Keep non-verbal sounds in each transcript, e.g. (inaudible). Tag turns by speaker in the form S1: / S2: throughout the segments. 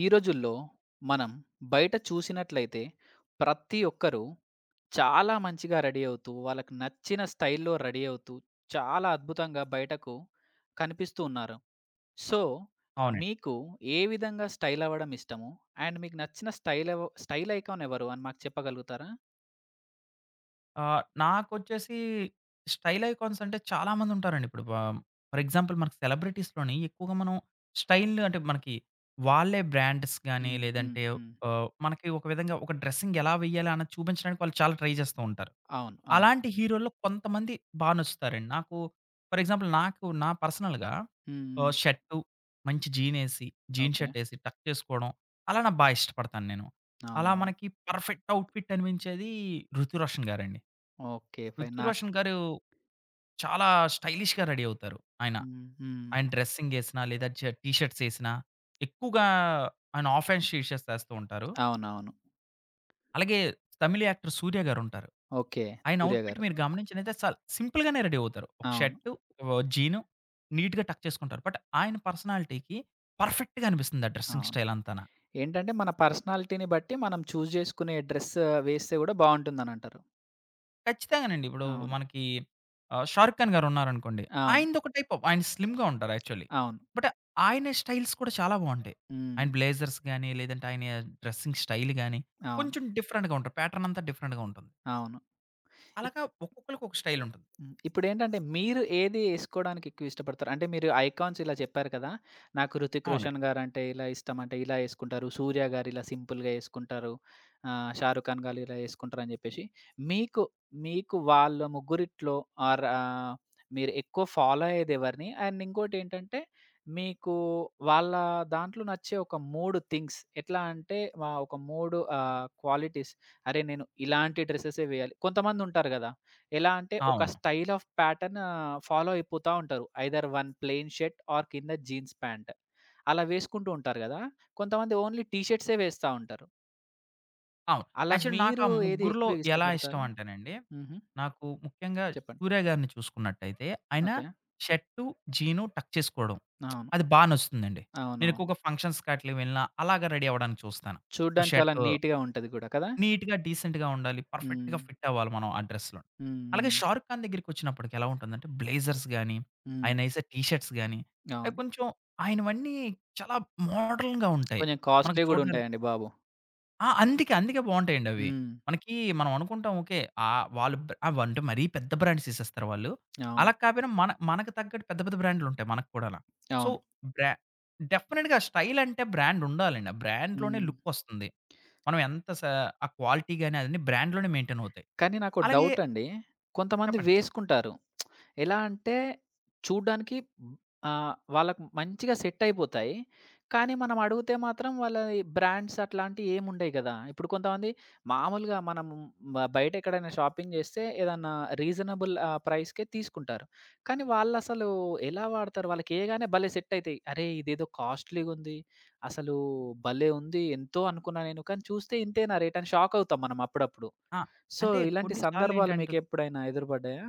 S1: ఈ రోజుల్లో మనం బయట చూసినట్లయితే ప్రతి ఒక్కరూ చాలా మంచిగా రెడీ అవుతూ, వాళ్ళకి నచ్చిన స్టైల్‌లో రెడీ అవుతూ, చాలా అద్భుతంగా బయటకు కనిపిస్తూ ఉన్నారు. సో,
S2: అవునండి.
S1: మీకు ఏ విధంగా స్టైల్ అవ్వడం ఇష్టము? అండ్ మీకు నచ్చిన స్టైల్ స్టైల్ ఐకాన్ ఎవరు అని మాకు చెప్పగలుగుతారా?
S2: నాకొచ్చేసి స్టైల్ ఐకాన్స్ అంటే చాలా మందుంటారండి. ఇప్పుడు ఫర్ ఎగ్జాంపుల్ మనకి సెలబ్రిటీస్‌లోని ఎక్కువగా మనం స్టైల్ అంటే మనకి వాళ్ళే బ్రాండ్స్ గాని,
S1: హ్మ్. హ్మ్.
S2: లేదంటే
S1: హ్మ్.
S2: మనకి ఒక విధంగా ఒక డ్రెస్సింగ్ ఎలా వేయాలా అన్నది చూపించడానికి వాళ్ళు చాలా ట్రై చేస్తూ ఉంటారు.
S1: అవును. అవును.
S2: అలాంటి హీరోల్లో కొంతమంది బా నచ్చుతారండి. నాకు ఫర్ ఎగ్జాంపుల్ నాకు నా పర్సనల్‌గా
S1: హ్మ్. హ్మ్.
S2: షర్టు మంచి జీనేసి, జీన్
S1: ఓకే.
S2: షర్టేసి టక్ చేసుకోవడం అలా నాకు బా ఇష్టపడతాను నేను. అలా
S1: అవునవును.
S2: మనకి పర్ఫెక్ట్ ఔట్‌ఫిట్ అనిపించేది 'ఋతురోషన్' గారండి.
S1: ఓకే. ఫైన్.
S2: 'రుతు
S1: నాకు
S2: రోషన్' గారు చాలా స్టైలిష్‌గా రెడీ అవుతారు ఆయన.
S1: హ్మ్. హ్మ్.
S2: ఆయన డ్రెస్సింగేసినా, లేదా టీ షర్ట్స్ ఏసినా, ఎక్కువగా ఆయన హాఫ్ హ్యాండ్స్ టీ షర్ట్స్ ఏస్తూ ఉంటారు.
S1: అవునవును.
S2: అలాగే తమిళ్ యాక్టర్ 'సూర్య' గారుంటారు.
S1: ఓకే.
S2: ఆయన
S1: సూర్య
S2: అవుట్‌ఫిట్
S1: గారు.
S2: మీరు గమనించినైతే చాలా సింపుల్‌గానే రెడీ అవుతారు. ఒక
S1: అవును.
S2: షర్టు, ఓ జీను నీట్‌గా టక్ చేసుకుంటారు. బట్ ఆయన పర్సనాలిటీకి పర్ఫెక్ట్‌గా అనిపిస్తుంది ఆ డ్రెస్సింగ్
S1: అవును.
S2: స్టైల్ అంతాన.
S1: ఏంటంటే మన పర్సనాలిటీని బట్టి మనం చూజ్ చేసుకునే డ్రెస్ వేస్తే గూడా బావుంటుందనంటారు.
S2: ఖచ్చితంగానండి. ఇప్పుడు
S1: అవును.
S2: మనకి 'షారుఖ్ ఖాన్' గారున్నారనుకోండి.
S1: అవును.
S2: ఆయనదొక టైప్ ఆఫ్ ఆయన స్లిమ్‌గా ఉంటారు యాక్చువల్లీ.
S1: అవును.
S2: బట్ ఆయన స్టైల్స్ కూడా చాలా బావుంటాయి.
S1: హ్మ్.
S2: ఆయన బ్లేజర్స్ గాని, లేదంటే ఆయన డ్రెస్సింగ్ స్టైల్ గాని,
S1: అవును.
S2: కొంచెం డిఫరెంట్‌గా ఉంటారు. ప్యాటర్న్ అంతా డిఫరెంట్‌గా ఉంటుంది.
S1: అవును.
S2: అలాగా ఒక్కొక్కళ్ళకి ఒక స్టైల్ ఉంటుంది.
S1: హ్మ్. ఇప్పుడేంటంటే మీరు ఏది ఏసుకోడానికి ఎక్కువ ఇష్టపడతారు? అంటే మీరు ఐకాన్స్ ఇలా చెప్పారు కదా! నాకు 'హృతిక్
S2: అవునండి.
S1: రోషన్' గారంటే ఇలా ఇష్టం అంటే ఇలా ఏసుకుంటారు. 'సూర్య' గారు ఇలా సింపుల్‌గా ఏసుకుంటారు. 'షారుఖ్ ఖాన్' గారు ఇలా ఏసుకుంటారని జెప్పేసి. మీకు, మీకు వాళ్ళ ముగ్గురిట్లో ఆర్ మీరు ఎక్కువ ఫాలో అయ్యేదెవరిని? అండ్ ఇంకోటేంటంటే మీకు వాళ్ళ దాంట్లో నచ్చే ఒక 3 థింగ్స్ ఎట్లా అంటే ఒక 3 క్వాలిటీస్ అరే! నేను ఇలాంటి డ్రెసెసే వేయాలి. కొంతమందుంటారు గదా! ఎలా అంటే ఒక
S2: అవును.
S1: స్టైల్ ఆఫ్ ప్యాటర్న్ ఫాలో అయిపోతా ఉంటారు. Either one plain shirt or కింద జీన్స్ ప్యాంట్. అలా వేసుకుంటూ ఉంటారు గదా! కొంతమంది ఓన్లీ టీ షర్ట్సే వేస్తా ఉంటారు.
S2: అవును.
S1: అలా
S2: యాక్చువల్లీ నాకా
S1: మీరు ఏది
S2: ముగ్గురిలో
S1: ఎక్కువ
S2: ఎలా ఇష్టం
S1: ఇష్టపడతారు?
S2: అంటేనండి,
S1: హుహు.
S2: నాకు ముఖ్యంగా
S1: చెప్పండి.
S2: 'సూర్య' గారిని చూసుకున్నట్టయితే, ఆయన
S1: ఓకే.
S2: షర్టు, జీను టక్ చేసుకోవడం
S1: అవును.
S2: అది బా నచ్చుతుందండి. నేను
S1: అవునవును.
S2: ఎక్కువగా ఫంక్షన్స్‌కి ఆటిలకి వెళ్ళినా అలాగా రెడీ అవ్వడానికి చూస్తాను. ఓ
S1: చూడ్డానికి చాలా
S2: షర్టు
S1: నీట్‌గా ఉంటది గూడా కదా!
S2: నీట్‌గా, డీసెంట్‌గా ఉండాలి.
S1: హ్మ్.
S2: పర్ఫెక్ట్‌గా ఫిట్ అవ్వాలి మనం ఆ డ్రెస్‌లో.
S1: హ్మ్.
S2: అలాగే
S1: హ్మ్.
S2: 'షారుక్ ఖాన్' దగ్గరికొచ్చినప్పటికి ఎలా ఉంటుందంటే, బ్లేజర్స్ గాని,
S1: హ్మ్.
S2: ఆయనేసే టీ షర్ట్స్ గాని, అవి
S1: అవును.
S2: కొంచెం ఆయనవన్నీ చాలా మోడర్న్‌గా ఉంటాయి.
S1: కొంచెం
S2: మనకు
S1: కాస్ట్‌లీ గూడా
S2: చూడ్డానికి
S1: ఉంటాయండి బాబు.
S2: ఆ! అందుకే, అందుకే బావుంటాయండవి.
S1: హ్మ్.
S2: మనకి మనం అనుకుంటాం ఓకే. వాళ్ళు అవంటే మరీ పెద్ద బ్రాండ్స్ ఏసేస్తారు వాళ్ళు.
S1: అవును.
S2: అలా కాపోయినా మనకు తగ్గట్టు పెద్ద పెద్ద బ్రాండ్‌లుంటాయి మనకు కూడాన. సో,
S1: అవును.
S2: బ్రా డెఫినిట్‌గా స్టైల్ అంటే బ్రాండ్ ఉండాలండి. ఆ బ్రాండ్‌లోనే
S1: హ్మ్.
S2: లుక్కొస్తుంది. మనం ఎంత స ఆ క్వాలిటీ గాని అదన్నీ బ్రాండ్‌లోనే మెయింటైన్ అవుతాయి.
S1: కానీ నాకో
S2: అలాగే
S1: డౌటండి. కొంతమంది
S2: చెప్పండి.
S1: వేసుకుంటారు. ఎలా అంటే చూడ్డానికి హ్మ్, వాళ్ళకి మంచిగా సెట్ అయిపోతాయి. కానీ మనం అడిగితే మాత్రం వాళ్ళ ఈ బ్రాండ్స్ అట్లాంటివి ఏమి ఉండయి కదా! ఇప్పుడు కొంతమంది మామూలుగా మనం బయట ఎక్కడైనా షాపింగ్ చేస్తే ఏదన్నా రీజనబుల్ ప్రైస్‌కే తీసుకుంటారు. కానీ వాళ్ళసలు ఎలా వాడతారు? వాళ్ళకి ఏయగానే భలే సెట్ అయితాయి. అరే! ఇదేదో కాస్ట్‌లీగుంది. అసలు భలే ఉంది. ఎంతో అనుకున్నా నేను. కానీ చూస్తే ఇంతేనా రేట్ అని షాక్ అవుతాం మనం అప్పుడప్పుడు.
S2: ఆ!
S1: సో,
S2: అంటే
S1: ఇలాంటి
S2: కొన్ని
S1: సందర్భాలు
S2: సార్లేంటంటే
S1: మీకెప్పుడైనా ఎదురుపడ్డాయా?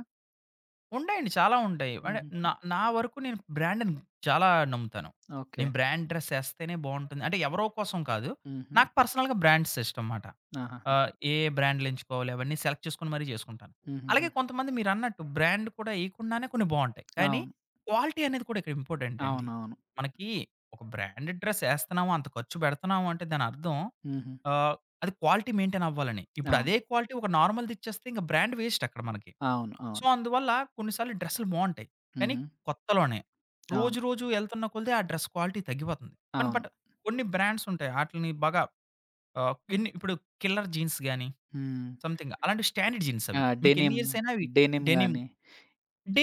S2: ఉంటాయండి. చాలా ఉంటాయి. అంటే
S1: హుహుహు.
S2: నా నా వరకు నేను బ్రాండ్‌ని చాలా నమ్ముతాను.
S1: ఓకే.
S2: నేను బ్రాండ్ డ్రెస్ ఏస్తేనే బావుంటుంది. అంటే ఎవరో కోసం కాదు.
S1: హుహు.
S2: నాకు పర్సనల్‌గా బ్రాండ్స్ ఇష్టం మాట.
S1: ఆహాహా!
S2: ఏ బ్రాండ్‌లు ఎంచుకోవాలి అవన్నీ సెలెక్ట్ చేసుకొని మరీ చేసుకుంటాను. అలాగే
S1: హుహుహు.
S2: కొంతమంది మీరన్నట్టు బ్రాండ్ కూడా ఏయకుండానే కొన్ని బావుంటాయి. కానీ
S1: అవును.
S2: క్వాలిటీ అనేది కూడా ఇక్కడ ఇంపార్టెంట్ అండి.
S1: అవునవును.
S2: మనకి ఒక బ్రాండెడ్ డ్రెస్ ఏస్తున్నాము, అంత ఖర్చు పెడుతున్నాము అంటే దాని అర్థం
S1: హుహు.
S2: ఆహ్, అది క్వాలిటీ మెయింటైన్ అవ్వాలని. ఇప్పుడు
S1: అవును.
S2: అదే క్వాలిటీ ఒక నార్మల్‌ది ఇచ్చేస్తే ఇంక బ్రాండ్ వేస్ట్ అక్కడ మనకి.
S1: అవును.
S2: సో,
S1: అవును.
S2: అందువల్ల కొన్ని సార్లు డ్రెస్‌లు బావుంటాయి. కానీ
S1: హుహు.
S2: కొత్తలోనే.
S1: అవును.
S2: రోజు రోజు ఎళ్తున్న కొలిది ఆ డ్రెస్ క్వాలిటీ తగ్గిపోతుంది. కానీ
S1: అవును.
S2: బట్ కొన్ని బ్రాండ్స్ ఉంటాయి. ఆటిల్ని బాగా ఎన్ని ఇప్పుడు 'కిల్లర్ జీన్స్' గాని,
S1: హ్మ్.
S2: సంథింగ్ అలాంటి స్టాండర్డ్ జీన్స్
S1: ఆ!
S2: అవి. మీకు ఎన్ని
S1: డెనిమ్,
S2: ఇయర్స్ అయినా అవి
S1: డెనిమ్
S2: డెనిమ్
S1: గాని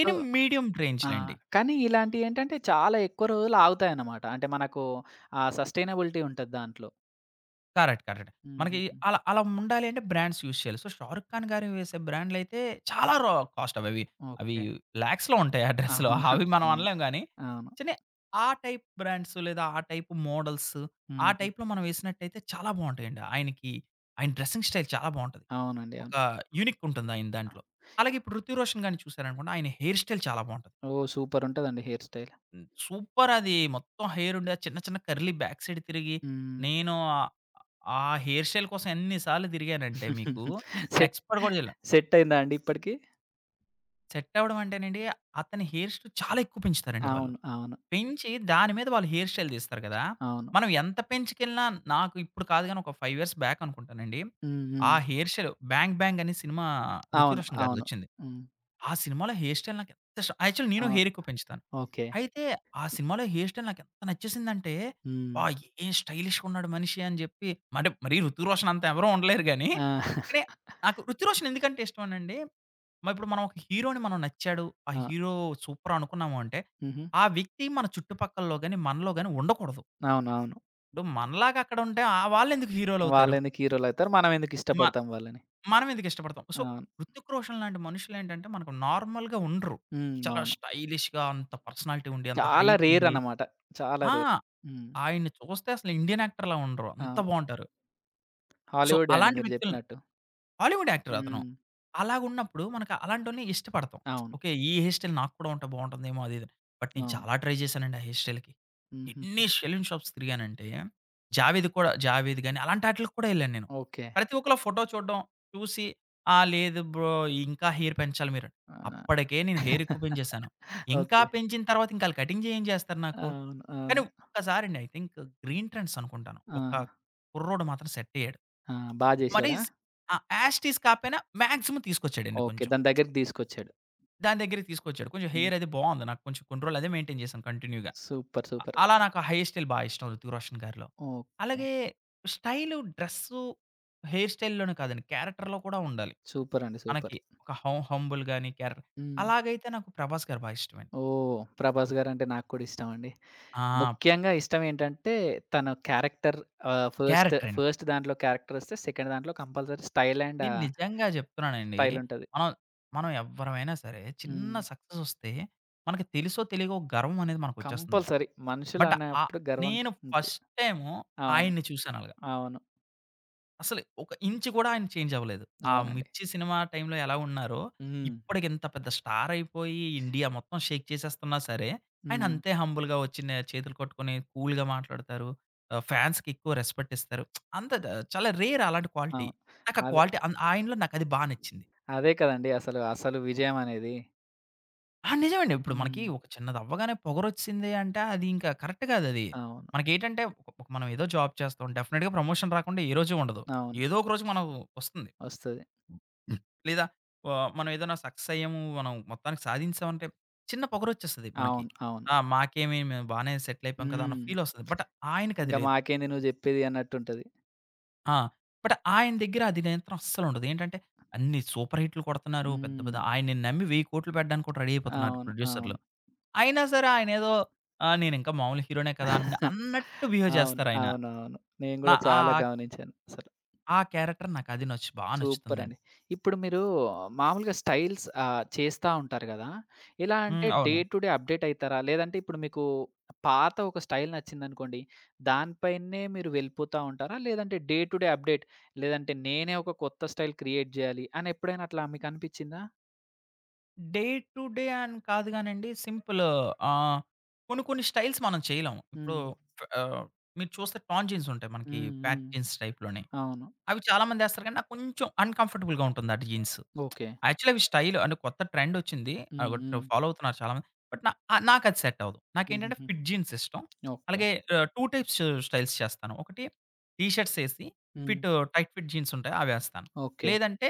S1: సో
S2: మీడియం
S1: ఆ!
S2: రేంజ్‌లెండి.
S1: కానీ ఇలాంటియేంటంటే చాలా ఎక్కువ రోజులు ఆగుతాయన్నమాట. అంటే మనకు ఆ సస్టైనబిలిటీ ఉంటది దాంట్లో.
S2: కరెక్ట్. కరెక్ట్. మనకి
S1: హుహుహు.
S2: అలా అలా ఉండాలి అంటే బ్రాండ్స్ యూజ్ చేయాలి. సో, 'షారుఖ్ ఖాన్' గారు వేసే బ్రాండ్‌లయితే చాలా కాస్ట్ అవవి. అవి
S1: ఓకే.
S2: లాక్స్‌లో ఉంటాయి ఆ డ్రెస్‌లు.
S1: అవునా?
S2: (laughs) అవి మనం
S1: అవును.
S2: అనలేం గానీ,
S1: అవును.
S2: చిన్న ఆ టైప్ బ్రాండ్స్ లేదా ఆ టైప్ మోడల్స్, ఆ
S1: హుహు.
S2: టైప్‌లో మనం వేసినట్టయితే చాలా బావుంటాయండి. ఆయనకి ఆయన డ్రెస్సింగ్ స్టైల్ చాలా బావుంటది.
S1: అవునండి. అవును.
S2: ఒక యూనిక్ ఉంటుంది ఆయన దాంట్లో. అలాగే ఇప్పుడు 'రుతిక్ రోషన్' గారిని చూసారనుకోండి ఆయన హెయిర్ స్టైల్ చాలా బావుంటది.
S1: ఓహ్! సూపర్ ఉంటదండి హెయిర్ స్టైల్.
S2: సూపర్ అది మొత్తం హెయిర్ ఉండి ఆ చిన్న చిన్న కర్లీ బ్యాక్ సైడ్ తిరిగి
S1: హ్మ్.
S2: నేను ఆ హెయిర్ స్టైల్ కోసం ఎన్ని సార్లు తిరిగానంటే మీకు,
S1: (laughs)
S2: నేను
S1: సెట్
S2: ఎక్స్‌పర్ట్ గూడా జేయలా.
S1: సెట్ అయిందా అండి ఇప్పటికి?
S2: సెట్ అవ్వడం అంటేనండి, అతని హెయిర్ స్టైల్ చాలా ఎక్కువ పెంచుతారండి వాళ్ళు.
S1: అవును. అవును.
S2: పెంచి దాని మీద వాళ్ళు హెయిర్ స్టైల్ తీస్తారు గదా!
S1: అవును.
S2: మనం ఎంత పెంచుకెళ్ళినా నాకు ఇప్పుడు కాదు గానీ, ఒక 5 ఇయర్స్ బ్యాక్ అనుకుంటానండి.
S1: హ్మ్.
S2: ఆ
S1: హ్మ్.
S2: హెయిర్ స్టైల్ 'బ్యాంగ్ బ్యాంగ్' అనే సినిమా 'రుతిక్
S1: అవును.
S2: రోషన్'
S1: అవును.
S2: గారిదొచ్చింది.
S1: హ్మ్.
S2: ఆ సినిమాలో హెయిర్ స్టైల్ నాకు ఎంత ఇష్టం యాక్చువల్లీ నేను
S1: అవును.
S2: హెయిర్ ఎక్కువ పెంచుతాను.
S1: ఓకే.
S2: అయితే ఆ సినిమాలో హెయిర్ స్టైల్ నాకెంత నచ్చేసిందంటే,
S1: హ్మ్.
S2: "అబ్బా! ఏం స్టైలిష్‌గా ఉన్నాడు మనిషి" అని జెప్పి అంటే మరీ 'ఋతిక్ రోషన్' అంత ఎవరు ఉండలేరు గానీ,
S1: ఆ!
S2: కానీ నాకు 'ఋతిక్ రోషన్' ఎందుకంటే ఇష్టమనండి, మరి ఇప్పుడు మనం ఒక హీరోని మనం నచ్చాడు, ఆ
S1: ఆ!
S2: హీరో సూపర్ అనుకున్నాము అంటే,
S1: హుహు.
S2: ఆ వ్యక్తి మన చుట్టుపక్కల్లో గాని, మనలో గాని ఉండకూడదు.
S1: అవునవును.
S2: ఇప్పుడు మనలాగా అక్కడ ఉంటే ఆ వాళ్ళెందుకు హీరోలవుతారు?
S1: వాళ్ళెందుకు హీరోలైతారు. మనమెందుకు
S2: మ
S1: ఇష్టపడతాం వాళ్ళని.
S2: మనం ఎందుకు ఇష్టపడతాం? సో,
S1: అవును.
S2: 'ఋతిక్ రోషన్' లాంటి మనుషులేంటంటే మనకు నార్మల్‌గా ఉండరు.
S1: హ్మ్.
S2: చాలా
S1: అవును.
S2: స్టైలిష్‌గా అంత పర్సనాలిటీ ఉండి, అంత
S1: చాలా
S2: హైట్
S1: రేర్
S2: ఉండి
S1: అన్నమాట. చాలా
S2: ఆ!
S1: రేర్. హ్మ్.
S2: ఆయన్ని చూస్తే అసలు ఇండియన్ యాక్టర్‌లా ఉండరు. అంత
S1: అవును.
S2: బావుంటారు. సో,
S1: హాలీవుడే అండి
S2: అలాంటి
S1: మీరు
S2: వ్యక్తులు
S1: జెప్పినట్టు.
S2: హాలీవుడ్ యాక్టర్ అతను.
S1: హ్మ్.
S2: అలాగున్నప్పుడు మనకు అలాంటోల్ని ఇష్టపడతాం.
S1: అవును.
S2: ఓకే. ఈ హెయిర్ స్టైల్ నాకు కూడా ఉంటే బావుంటుందేమో అది ఇది అని. బట్ నేను
S1: అవును.
S2: చాలా ట్రై చేశానండి ఆ హెయిర్ స్టైల్‌కి.
S1: హుహుహు.
S2: ఎన్ని సెలూన్ షాప్స్ తిరిగానంటే 'జావేద్' గాని అలాంటి ఆటిలకి కూడా ఎళ్ళాను నేను.
S1: ఓకే.
S2: ప్రతి ఒక్కళ్ళ ఫోటో చూడడం, చూసి "ఆ! లేదు బ్రో ఇంకా హెయిర్ పెంచాలి మీరు."
S1: ఆ!
S2: అప్పటికే నేను హెయిర్ ఎక్కువ పెంచేశాను. ఇంకా
S1: ఓకే.
S2: పెంచిన తర్వాత ఇంకా ఆళ్ళు కటింగ్ చేస్తారు నాకు.
S1: అవును.
S2: కానీ
S1: అవును.
S2: ఒక్కసారండి ఐ థింక్ 'గ్రీన్ ట్రెండ్స్' అనుకుంటాను. ఒక
S1: ఆహా!
S2: కుర్రోడు మాత్రం సెట్ అయ్యాడు.
S1: ఆ! బా
S2: మరి
S1: జేశాడా?
S2: స్ యాస్ టీజ్ కాపోయినా మాక్సిమం తీసుకొచ్చాడండి
S1: ఓకే.
S2: కొంచెం.
S1: దాని దగ్గరికి దీసుకొచ్చాడు.
S2: దాని దగ్గరికి తీసుకొచ్చాడు. కొంచెం
S1: హ్మ్.
S2: హెయిర్ అది బావుంది. నాకు కొంచెం కొన్ని రోజులు అదే మెయింటైన్ చేశాను కంటిన్యూ‌గా.
S1: సూపర్. సూపర్.
S2: అలా నాకు ఆ హెయిర్ స్టైల్ బా ఇష్టం 'రుతిక్ రోషన్' గారిలో.
S1: ఓకే.
S2: అలాగే స్టైలు, డ్రెస్సు, హెయిర్ స్టైల్‌లోనే కాదండి. క్యారెక్టర్‌లో కూడా ఉండాలి.
S1: సూపర్ అండి. సూపర్.
S2: మనకి ఒక హంబుల్ గాని క్యారెక్టర్
S1: హ్మ్.
S2: అలాగైతే నాకు 'ప్రభాస్' గారు బా ఇష్టమండి.
S1: ఓహ్! 'ప్రభాస్' గారంటే నాకు కూడా ఇష్టమండి.
S2: ఆ!
S1: ముఖ్యంగా ఇష్టం ఏంటంటే తన క్యారెక్టర్ ఫస్ట్
S2: క్యారెక్టర్ అండి.
S1: ఫస్ట్ దాంట్లో క్యారెక్టరొస్తే సెకండ్ దాంట్లో కంపల్సరీ స్టైల్ అండ్
S2: నేను నిజంగా చెప్తున్నానండి.
S1: స్టైలుంటది.
S2: మనం మనం ఎవ్వరమైనా సరే చిన్న
S1: హ్మ్.
S2: సక్సెస్ వస్తే మనకి తెలుసో తెలియకో గర్వం అనేది మనకొచ్చేస్తుందండి.
S1: కంపల్సరీ.
S2: బట్ ఆహ్,
S1: మనుషులన్నప్పుడు గర్వం
S2: నేను
S1: ఉంటది.
S2: ఫస్ట్ టైము
S1: అవును.
S2: ఆయన్ని చూసానలాగా.
S1: అవును.
S2: అసలు ఒక ఇంచ్ కూడా ఆయన చేంజ్ అవ్వలేదు. ఆ
S1: అవునండి.
S2: 'మిర్చి' సినిమా టైమ్‌లో ఎలా ఉన్నారో,
S1: హ్మ్.
S2: ఇప్పటికి ఇంత పెద్ద స్టార్ అయిపోయి, ఇండియా మొత్తం షేక్ చేసేస్తున్నా సరే, ఆయన
S1: హ్మ్.
S2: అంతే హంబుల్‌గా వచ్చి చేతులు కట్టుకొని కూల్‌గా మాట్లాడతారు. ఫ్యాన్స్‌కి ఎక్కువ రెస్పెక్ట్ ఇస్తారు. అంత ద చాలా రేర్ అలాంటి క్వాలిటీ.
S1: అవును.
S2: నాకు ఆ
S1: అదే.
S2: క్వాలిటీ ఆయనలో నాకది బా నచ్చింది.
S1: అదే కదండీ అసలు, అసలు విజయమనేది.
S2: ఆ! నిజమండి. ఇప్పుడు మనకి
S1: హ్మ్.
S2: ఒక చిన్నదవ్వగానే పొగరొచ్చింది అంటే అది ఇంకా కరెక్ట్ కాదది.
S1: అవును.
S2: మనకేంటంటే మనం ఏదో జాబ్ చేస్తాం. డెఫినిట్‌గా ప్రమోషన్ రాకుండా ఏ రోజు ఉండదు.
S1: అవును.
S2: ఏదో ఒక రోజు మనం వస్తుంది.
S1: వస్తది.
S2: హ్మ్. లేదా మనం ఏదైనా సక్సెస్ అయ్యాము. మనం మొత్తానికి సాధించామంటే చిన్న పొగరొచ్చేస్తది మనకి.
S1: అవును. అవును.
S2: ఆ! మాకేమి మేము బానే సెటిల్ అయిపోయాం కదా! అన్న
S1: హ్మ్.
S2: ఫీల్ వస్తది. బట్
S1: ఇంక
S2: ఆయనకది లేదు.
S1: మాకేంది నువ్వు జెప్పేది అన్నట్టుంటది.
S2: ఆ! బట్ ఆయన దగ్గర అది నియంత్రణ అస్సలుండదు. ఏంటంటే అన్ని సూపర్ హిట్లు కొడుతున్నారు. పెద్ద
S1: హ్మ్.
S2: పెద్ద ఆయన్ని నమ్మి 1000,00,00,000 పెట్టడానికి కూడా రెడీ అయిపోతున్నారు
S1: అవును. అవును.
S2: ప్రొడ్యూసర్‌లు. అయినా సరే ఆయనేదో నేనింకా మామూలు హీరోనే కదా! అన్న
S1: (laughs)
S2: అన్నట్టు బిహేవ్
S1: అవును.
S2: చేస్తారాయన.
S1: అవునవును. నేను
S2: నా
S1: గూడా
S2: ఆ
S1: చాలా గమనించాను అసలు.
S2: ఆ క్యారెక్టర్ నాకది బా
S1: సూపరండి.
S2: నచ్చుతుందండి.
S1: ఇప్పుడు మీరు మామూలుగా స్టైల్స్ చేస్తా ఉంటారు గదా! ఎలా అంటే
S2: హ్మ్.
S1: డే
S2: అవును.
S1: టు డే అప్‌డేట్ అయితారా? లేదంటే ఇప్పుడు మీకు పాత ఒక స్టైల్ నచ్చిందనుకోండి, దానిపైనే మీరు వెళ్ళిపోతా ఉంటారా? లేదంటే డే టు డే అప్‌డేట్ లేదంటే నేనే ఒక కొత్త స్టైల్ క్రియేట్ జేయాలి అని ఎప్పుడైనా అట్లా మీకనిపిచ్చిందా?
S2: డే టు డే అని కాదు గానండి. సింపుల్ ఆహ్, కొన్ని కొన్ని స్టైల్స్ మనం చేయలేం. ఇప్పుడు
S1: హ్మ్.
S2: ఆహ్, మీరు చూస్తే టార్న్ జీన్స్ ఉంటాయి మనకి
S1: హ్మ్.
S2: ప్యాట్
S1: హ్మ్.
S2: జీన్స్ టైప్‌లోనే.
S1: అవును.
S2: అవి చాలా మందేస్తారు కానీ నాకు కొంచెం అన్‌కంఫర్టబుల్‌గా ఉంటుంది ఆ జీన్స్.
S1: ఓకే.
S2: యాక్చువల్లీ అవి స్టైల్ అంటే కొత్త ట్రెండొచ్చింది.
S1: హ్మ్.
S2: అదొకటి
S1: హ్మ్.
S2: ఫాలో అవుతున్నారు చాలామంది. బట్ నాకది సెట్ అవ్వదు. నాకేంటంటే
S1: హుహుహు.
S2: ఫిట్ జీన్స్ ఇష్టం.
S1: ఓకే.
S2: అలాగే 2 టైప్స్ స్టైల్స్ చేస్తాను. ఒకటి టీ షర్ట్స్ ఏసి
S1: హ్మ్.
S2: ఫిట్ టైట్ ఫిట్ జీన్స్ ఉంటాయి అవేస్తాను.
S1: ఓకే.
S2: లేదంటే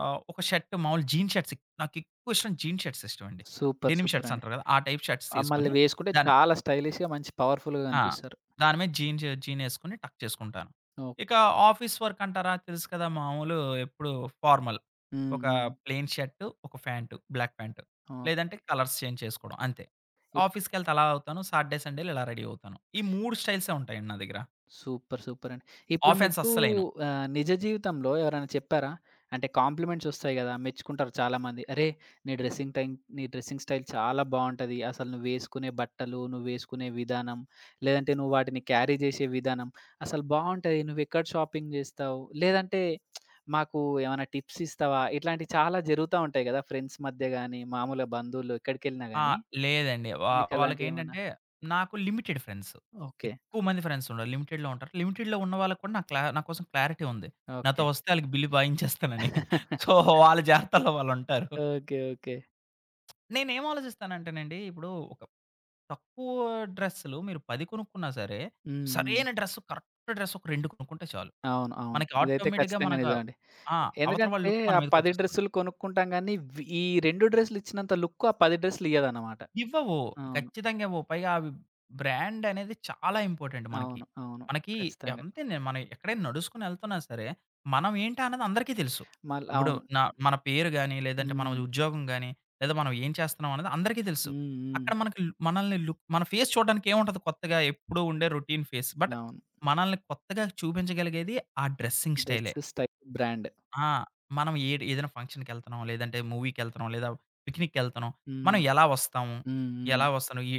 S2: ఒక షర్ట్ మామూలు జీన్ షర్ట్స్ నాకెక్కువ ఇష్టం జీన్ షర్ట్స్ ఇష్టమండి.
S1: సూపర్.
S2: డెనిమ్
S1: సూపర్
S2: షర్ట్స్
S1: అండి.
S2: అంటారు కదా! ఆ టైప్ షర్ట్స్
S1: మళ్ళీ
S2: తీసుకొని
S1: వేసుకుంటే
S2: దాని
S1: చాలా స్టైలిష్‌గా మంచి పవర్‌ఫుల్‌గా
S2: ఆ!
S1: కనిపిస్తారు.
S2: దాని మీద జీనేసుకొని టక్ చేసుకుంటాను.
S1: ఓహ్!
S2: ఇక ఆఫీస్ వర్క్ అంటారా తెలుసు కదా! మామూలు ఎప్పుడు ఫార్మల్.
S1: హ్మ్.
S2: ఒక
S1: హ్మ్.
S2: ప్లెయిన్ షర్టు, ఒక ప్యాంటు, బ్లాక్ ప్యాంటు.
S1: ఓహ్!
S2: లేదంటే కలర్స్ చేంజ్ చేసుకోవడం అంతే. ఆఫీస్‌కెళ్తే అలా అవుతాను. సాటర్‌డే, సండే‌లు ఇలా రెడీ అవుతాను. ఈ 3 స్టైల్సే ఉంటాయండి నా దగ్గర.
S1: సూపర్. సూపరండి. ఇప్పుడు
S2: ఆఫెన్స్
S1: మీకు
S2: అస్సలేయను.
S1: నిజ జీవితంలో ఎవరైనా చెప్పారా? అంటే కాంప్లిమెంట్స్ ఒస్తాయి గదా! మెచ్చుకుంటారు చాలామంది. "అరే! నీ డ్రెసింగ్ టైమ్ నీ డ్రెస్సింగ్ స్టైల్ చాలా బావుంటది. అసలు నువ్వేసుకునే బట్టలు, నువ్వేసుకునే విధానం, లేదంటే నువ్వు వాటిని క్యారీ జేసే విధానం అసలు బావుంటది. నువ్వెక్కడ షాపింగ్ జేస్తావు? లేదంటే మాకు ఏమైనా టిప్స్ ఇస్తావా?" ఇట్లాంటివి చాలా జరుగుతా ఉంటాయి గదా! ఫ్రెండ్స్ మధ్య గానీ, మామూలుగా బంధువులు ఎక్కడికెళ్ళినా
S2: ఆ!
S1: గానీ.
S2: లేదండి.
S1: మీకు అలాంటియేమన్నా
S2: వాళ్ళకేంటంటే నాకు లిమిటెడ్ ఫ్రెండ్స్.
S1: ఓకే.
S2: ఎక్కువ మంది ఫ్రెండ్స్ ఉండరు. లిమిటెడ్‌లో ఉంటారు. లిమిటెడ్‌లో ఉన్న వాళ్ళకి కూడా నా కోసం క్లారిటీ ఉంది. నాతో
S1: ఓకే.
S2: వస్తే ఆళ్ళకి బిల్లు బాయించేస్తానని. సో,
S1: (laughs)
S2: వాళ్ళ జాగ్రత్తల్లో వాళ్ళుంటారు.
S1: ఓకే. ఓకే.
S2: నేనేం ఆలోచిస్తానంటేనండి, ఇప్పుడు ఒక తక్కువ డ్రెస్సులు మీరు 10 కొనుక్కున్నా సరే,
S1: హ్మ్. హ్మ్.
S2: సరైన డ్రెస్ కరెక్ట్ డ్రెస్ ఒక 2 కొనుక్కుంటే చాలు.
S1: అవును. అవును.
S2: మనకి
S1: ఇదైతే
S2: ఆటోమేటిక్‌గా
S1: ఖచ్చితంగా
S2: మనకు
S1: నిజమండి.
S2: ఆ! అవతల వాళ్ళ
S1: ఎందుకంటే
S2: లుక్ మన
S1: ఆ 10
S2: మీదకొచ్చేస్తుంది.
S1: డ్రెస్సులు కొనుక్కుంటాం గానీ, వి ఈ 2 డ్రెస్‌లు ఇచ్చినంత లుక్కు ఆ 10 డ్రెస్‌లు ఇయ్యదన్నమాట.
S2: ఇవ్వవు.
S1: అవును.
S2: ఖచ్చితంగా ఇవ్వవు. పైగా అవి బ్రాండ్ అనేది చాలా ఇంపార్టెంట్ మనకి.
S1: అవును. అవును.
S2: మనకి
S1: ఖచ్చితంగా.
S2: అంతేనే మనం ఎక్కడైనా నడుసుకొని ఎళ్తున్నా సరే, మనం ఏంటా అన్నది అందరికీ తెలుసు.
S1: మళ్ళ
S2: ఇప్పుడు
S1: అవును.
S2: న మన పేరు గాని, లేదంటే మన
S1: హ్మ్.
S2: ఉద్యోగం గాని, లేదా మనం ఏం చేస్తున్నాం అనేది అందరికీ తెలుసు.
S1: హ్మ్. హ్మ్.
S2: అక్కడ మనకి లు- మనల్ని లుక్ మన ఫేస్ చూడడానికి ఏముంటది కొత్తగా ఎప్పుడూ ఉండే రొటీన్ ఫేస్. బట్
S1: అవును.
S2: మనల్ని కొత్తగా చూపించగలిగేది ఆ డ్రెస్సింగ్
S1: డ్రెస్,
S2: స్టైలే.
S1: Style, brand.
S2: ఆ! మనం ఏడ్ ఏదైనా ఫంక్షన్‌కెళ్తున్నాం, లేదంటే మూవీకెళ్తున్నాం, లేదా పిక్నిక్‌కెళ్తున్నాం.
S1: హ్మ్.
S2: మనం ఎలా వస్తాము?
S1: హ్మ్. హ్మ్.
S2: ఎలా వస్తాను?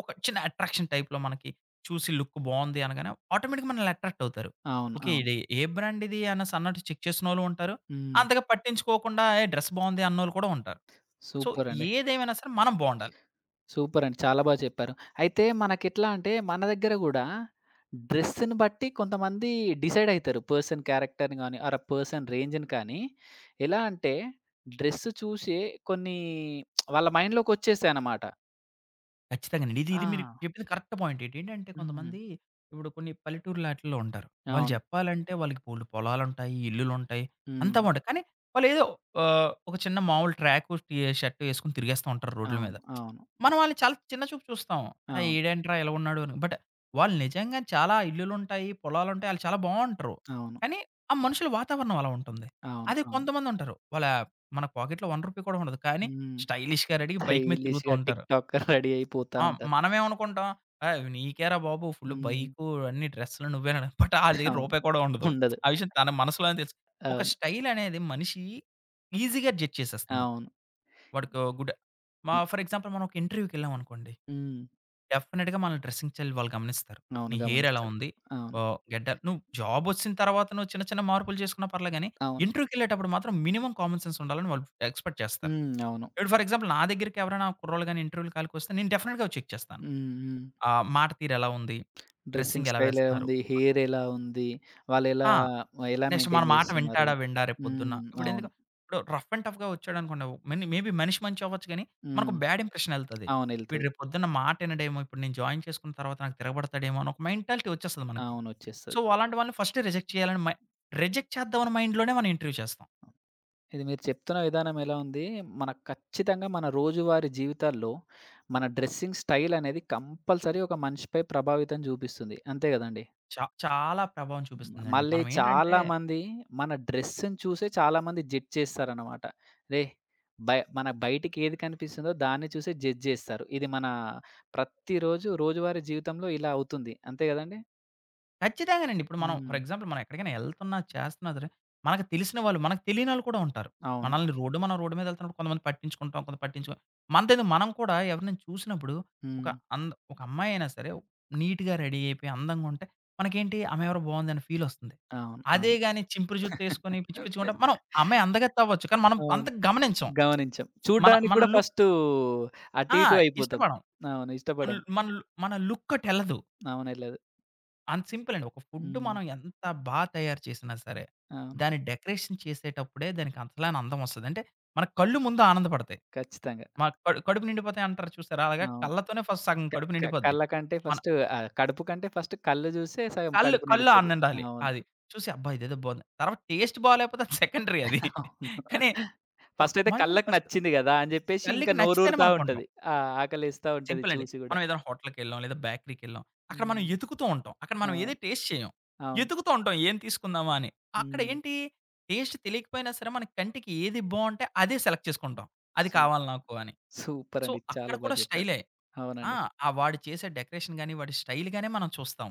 S2: ఒక చిన్న అట్రాక్షన్ టైప్‌లో మనకి చూసి లుక్ బావుంది అనగానే ఆటోమేటిక్‌గా మనల్ని అట్రాక్ట్ అవుతారు.
S1: అవును.
S2: ఓకే.
S1: అవును.
S2: ఇది ఏ బ్రాండ్ ఇది అనేసి అన్నట్టు చెక్ చేసినోళ్ళు ఉంటారు.
S1: హ్మ్.
S2: అంతగా పట్టించుకోకుండా ఏ డ్రెస్ బావుంది అన్నోళ్ళు కూడా ఉంటారు. సో,
S1: సూపరండి.
S2: ఏదేమైనా సరే మనం బావుండాలి.
S1: సూపర్ అండి. చాలా బా చెప్పారు. అయితే మనకెట్లా అంటే మన దగ్గర గూడా డ్రెస్‌ని బట్టి కొంతమంది డిసైడ్ అయితారు. పర్సన్ క్యారెక్టర్‌ని గాని, ఆర్ ఆ పర్సన్ రేంజ్‌ని కానీ ఎలా అంటే డ్రెస్ చూసే కొన్ని వాళ్ళ మైండ్‌లోకొచ్చేసాయన్నమాట.
S2: ఖచ్చితంగానండి. ఇది
S1: ఆ!
S2: ఇది మీరు చెప్పింది కరెక్ట్ పాయింట్. ఏంటంటే
S1: హ్మ్.
S2: కొంతమంది ఇప్పుడు కొన్ని పల్లెటూరులాటిల్లో ఉంటారు. వాళ్ళు
S1: అవును.
S2: చెప్పాలంటే వాళ్ళకి బోలెడు పొలాలుంటాయి, ఇల్లులుంటాయి,
S1: హ్మ్.
S2: అంతా బావుంటాయి. కానీ వాళ్ళేదో ఒక చిన్న మామూలు ట్రాకు, టీ షర్ట్ ఏసుకొని తిరిగేస్తా ఉంటారు రోడ్ల
S1: అవును.
S2: మీద.
S1: అవును.
S2: మనం వాళ్ళని చాలా చిన్న చూపు చూస్తాం. ఆ!
S1: అవును.
S2: ఈడేంట్రా ఇలా ఉన్నాడు అని. బట్ వాళ్ళు నిజంగా చాలా ఇల్లులుంటాయి, పొలాలుంటాయి, ఆళ్ళు చాలా బావుంటరు.
S1: అవును.
S2: కానీ ఆ మనుషుల వాతావరణం అలా ఉంటుంది.
S1: అవును.
S2: అదే
S1: అవును.
S2: కొంతమందుంటారు. వాళ్ళ మన పాకెట్‌లో రూ. 1 కూడా ఉండదు. కానీ
S1: హ్మ్.
S2: స్టైలిష్‌గా రెడీ బైక్ మీద తిరుగుతూ
S1: స్టైలిష్‌గా టిక్
S2: ఉంటారు.
S1: టాకర్ రెడీ అయిపోతా
S2: ఆ!
S1: ఉంటారు.
S2: మనమేమనుకుంటాం, "ఏయ్! నీకేరా బాబు ఫుల్
S1: హ్మ్.
S2: బైకు, అన్ని డ్రెస్సులు నువ్వేనని" బట్ ఆడి దగ్గర
S1: అవును.
S2: రూపాయి కూడా ఉండదు.
S1: ఉండదు.
S2: ఆ విషయం తన మనసులోనే తెలుసు. ఒక
S1: అవును.
S2: స్టైల్ అనేది మనిషి ఈజీగా జడ్జ్ చేసేస్తుంది.
S1: అవును.
S2: వాడికి గుడ్ ఫర్ ఎగ్జాంపుల్ మనం ఒక ఇంటర్వ్యూకెళ్ళామనుకోండి,
S1: హ్మ్.
S2: డెఫినిట్‌గా మన డ్రెసింగ్ స్టైల్ వాళ్ళు గమనిస్తారు.
S1: అవును.
S2: నీ హెయిర్ ఎలా
S1: గమనిస్తారు.
S2: ఉంది?
S1: అవును.
S2: గడ్డ నువ్వు జాబ్ వచ్చిన తర్వాత నువ్వు చిన్న చిన్న మార్పులు చేసుకున్నా పర్లే గానీ,
S1: అవును.
S2: ఇంటర్వ్యూకెళ్ళేటప్పుడు మాత్రం మినిమమ్ కామన్ సెన్స్ ఉండాలని వాళ్ళు ఎక్స్‌పెక్ట్ చేస్తారు.
S1: హ్మ్. అవును.
S2: ఇప్పుడు ఫర్ ఎగ్జాంపుల్ నా దగ్గరికి ఎవరైనా కుర్రోళ్ళు గాని ఇంటర్వ్యూల కాలికి వస్తే నేను డెఫినిట్‌గా చెక్ చేస్తాను.
S1: హ్మ్. హ్మ్.
S2: ఆ! మాట తీరెలా ఉంది?
S1: డ్రెసింగ్
S2: డ్రెస్సింగ్ ఎలా
S1: స్టైల్ ఎలా
S2: వేస్తున్నారు?
S1: ఉంది? హెయిర్ ఎలా ఉంది? వాళ్ళెలా
S2: ఆ!
S1: ఎలా ఎలా
S2: నెక్స్ట్ మన
S1: మెయింటైన్
S2: మాట
S1: చేస్తున్నారు?
S2: వింటాడా? వినడా? రేపు పొద్దున్న.
S1: హ్మ్.
S2: ఇప్పుడెందుకు
S1: అవును.
S2: ఇప్పుడు రఫ్ అండ్ టఫ్‌గా వచ్చాడనుకోండి, మెన్ మే బీ మనిషి మంచి అవ్వచ్చు గానీ, మనకు
S1: హ్మ్.
S2: బ్యాడ్ ఇంప్రెషన్ ఎళ్తది.
S1: అవును.
S2: వీడు
S1: ఎళ్తది.
S2: రేపు పొద్దున్న మాట ఇనడేమో, ఇప్పుడు నేను జాయిన్ చేసుకున్న తర్వాత నాకు తిరగబడతాడేమో అని ఒక మెంటాలిటీ వచ్చేస్తది మనకి.
S1: అవును.
S2: సో,
S1: వచ్చేస్తది.
S2: అలాంటి వాళ్ళని ఫస్టే రిజెక్ట్ చేయాలని రిజెక్ట్ చేద్దామని మైండ్‌లోనే మనం ఇంటర్వ్యూ చేస్తాం.
S1: ఇది మీరు చెప్తున్న విధానం ఎలా ఉంది, మనకు ఖచ్చితంగా మన రోజువారీ జీవితాల్లో మన డ్రెసింగ్ స్టైల్ అనేది కంపల్సరీ ఒక మనిషిపై ప్రభావితం చూపిస్తుంది. అంతే కదండీ!
S2: చాలా ప్రభావం
S1: హ్మ్.
S2: చూపిస్తుందండి.
S1: మళ్ళీ
S2: మనం ఏంటంటే
S1: చాలామంది మన డ్రెస్‌ని చూసే చాలామంది జడ్జ్ చేస్తారనమాట. రేయ్! మన బయటికి ఏది కనిపిస్తుందో దాన్ని చూసే జడ్జ్ చేస్తారు. ఇది మన ప్రతిరోజు రోజువారీ జీవితంలో ఇలా అవుతుంది. అంతే గదండీ!
S2: ఖచ్చితంగానండి. ఇప్పుడు మనం
S1: హ్మ్.
S2: ఫర్ ఎగ్జాంపుల్ మనం ఎక్కడికైనా ఎళ్తున్నా, చేస్తున్నా సరే, మనకు తెలిసిన వాళ్ళు, మనకు తెలియనోళ్ళు కూడా ఉంటారు.
S1: అవును.
S2: మనల్ని రోడ్డు మనం రోడ్డు మీద ఎళ్తున్నప్పుడు కొంతమంది పట్టించుకుంటాం, కొంత పట్టించుకోం. మనదేందో మనం కూడా ఎవరినైనా చూసినప్పుడు ఒక
S1: హ్మ్.
S2: ఒక అమ్మాయి అయినా సరే నీట్‌గా రెడీ అయిపోయి అందంగా ఉంటే మనకేంటి ఆమె ఎవరో బావుంది అనే ఫీల్ వస్తుంది.
S1: అవును.
S2: అదే
S1: అవును.
S2: గాని చింపురు జుత్తేసుకొని పిచ్చి పిచ్చిగా ఉంటే మనం ఆ
S1: (laughs)
S2: అమ్మాయి అందగత్తె అవ్వచ్చు. కానీ మనం అంత
S1: అవును.
S2: గమనించం.
S1: గమనించం.
S2: మన
S1: చూడ్డానికి
S2: మన
S1: గూడా
S2: లుక్
S1: ఫస్టు అటు
S2: ఆ!
S1: ఇటు అయిపోతాం.
S2: ఇష్టపడం.
S1: అవును.
S2: మన
S1: ఇష్టపడం.
S2: మన మన లుక్ అటెళ్ళదు.
S1: అవును. ఎళ్ళదు.
S2: అంత సింపుల్ అండి. ఒక ఫుడ్
S1: హ్మ్.
S2: మనం ఎంత బా తయారు చేసినా సరే,
S1: అవును.
S2: దాన్ని డెకరేషన్ చేసేటప్పుడే దానికి అంతలాని అందం వస్తది. అంటే మన కళ్ళు ముందు ఆనందపడతాయి.
S1: ఖచ్చితంగా.
S2: మన కడు కడుపు నిండిపోతాయి అంటారు చూసారా? అలాగా
S1: అవును.
S2: కళ్ళతోనే ఫస్ట్ సగం
S1: క
S2: కడుపు
S1: క
S2: నిండిపోద్ది.
S1: కళ్ళ కంటే
S2: మన
S1: ఫస్ట్ కడుపు కంటే ఫస్ట్ కళ్ళు జూసే సగం
S2: కళ్ళు
S1: కడుపు
S2: కళ్ళు
S1: నిండిపోద్ది.
S2: ఆనండాలి.
S1: అవును.
S2: అది చూసి అబ్బా! ఇదేదో బావుంది. తర్వాత టేస్ట్ బాలేకపోతే అది సెకండరీ అది.
S1: అవును.
S2: కానీ
S1: ఫస్ట్ అయితే
S2: మనం
S1: కళ్ళకి
S2: ఫస్ట్
S1: నచ్చింది గదా! అని జెప్పేసి ఇంకా
S2: కళ్ళకి నచ్చితేనే
S1: నోరూరుతా
S2: మనం కొంటాం.
S1: ఉంటది. ఆ! ఆకలేస్తా ఉంటది
S2: సింపుల్ అండి.
S1: చూసి గూడా.
S2: మనం ఏదైనా హోటల్‌కెళ్ళాం, లేదా బేకరీకెళ్ళాం. అక్కడ మనం
S1: హ్మ్.
S2: ఎతుకుతూ ఉంటాం. అక్కడ మనం
S1: అవును.
S2: ఏది టేస్ట్ చేయం.
S1: అవును.
S2: ఎతుకుతూ ఉంటాం ఏం తీసుకుందామా అని. అక్కడ
S1: హ్మ్.
S2: ఏంటి టేస్ట్ తెలియకపోయినా సరే మన కంటికి ఏది బావుంటే అదే సెలెక్ట్ చేసుకుంటాం. అది
S1: సూప్
S2: కావాలి నాకు అని.
S1: సూపర్
S2: సో,
S1: అండి.
S2: అక్కడ
S1: చాలా బా
S2: కూడా
S1: జెప్పారు.
S2: స్టైలే. ఆ!
S1: అవునండి.
S2: ఆ వాడు చేసే డెకరేషన్ గాని, వాడి స్టైల్ గానే మనం చూస్తాం.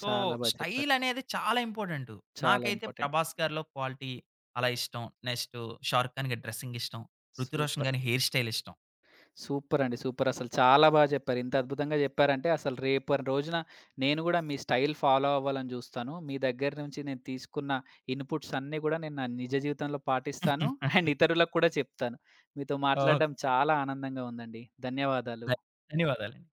S2: సో,
S1: చాలా బా చెప్పారు.
S2: స్టైల్ అనేది చాలా ఇంపార్టెంటు.
S1: చాలా
S2: నాకైతే
S1: ఇంపార్టెంట్.
S2: 'ప్రభాస్' గారిలో క్వాలిటీ అలా ఇష్టం. నెక్స్ట్ 'షారుఖ్ ఖాన్' గారి డ్రెసింగ్ ఇష్టం. 'రుతిక్ రోషన్'
S1: సూపర్.
S2: గారి హెయిర్ స్టైల్ ఇష్టం.
S1: సూపరండి. సూపర్. అసలు చాలా బా జెప్పారు. ఇంత అద్భుతంగా జెప్పారంటే అసలు రేపటి రోజున నేను గూడా మీ స్టైల్ ఫాలో అవ్వాలని జూస్తాను. మీ దగ్గర నుంచి నేను తీసుకున్న ఇన్‌పుట్స్ అన్నీ గూడా నేను నా నిజ జీవితంలో పాటిస్తాను.
S2: (laughs)
S1: అండ్ ఇతరులకు కూడా చెప్తాను. మీతో మాట్లాడడం
S2: ఓకే.
S1: చాలా ఆనందంగా ఉందండి. ధన్యవాదాలు.
S2: ధ ధన్యవాదాలండి.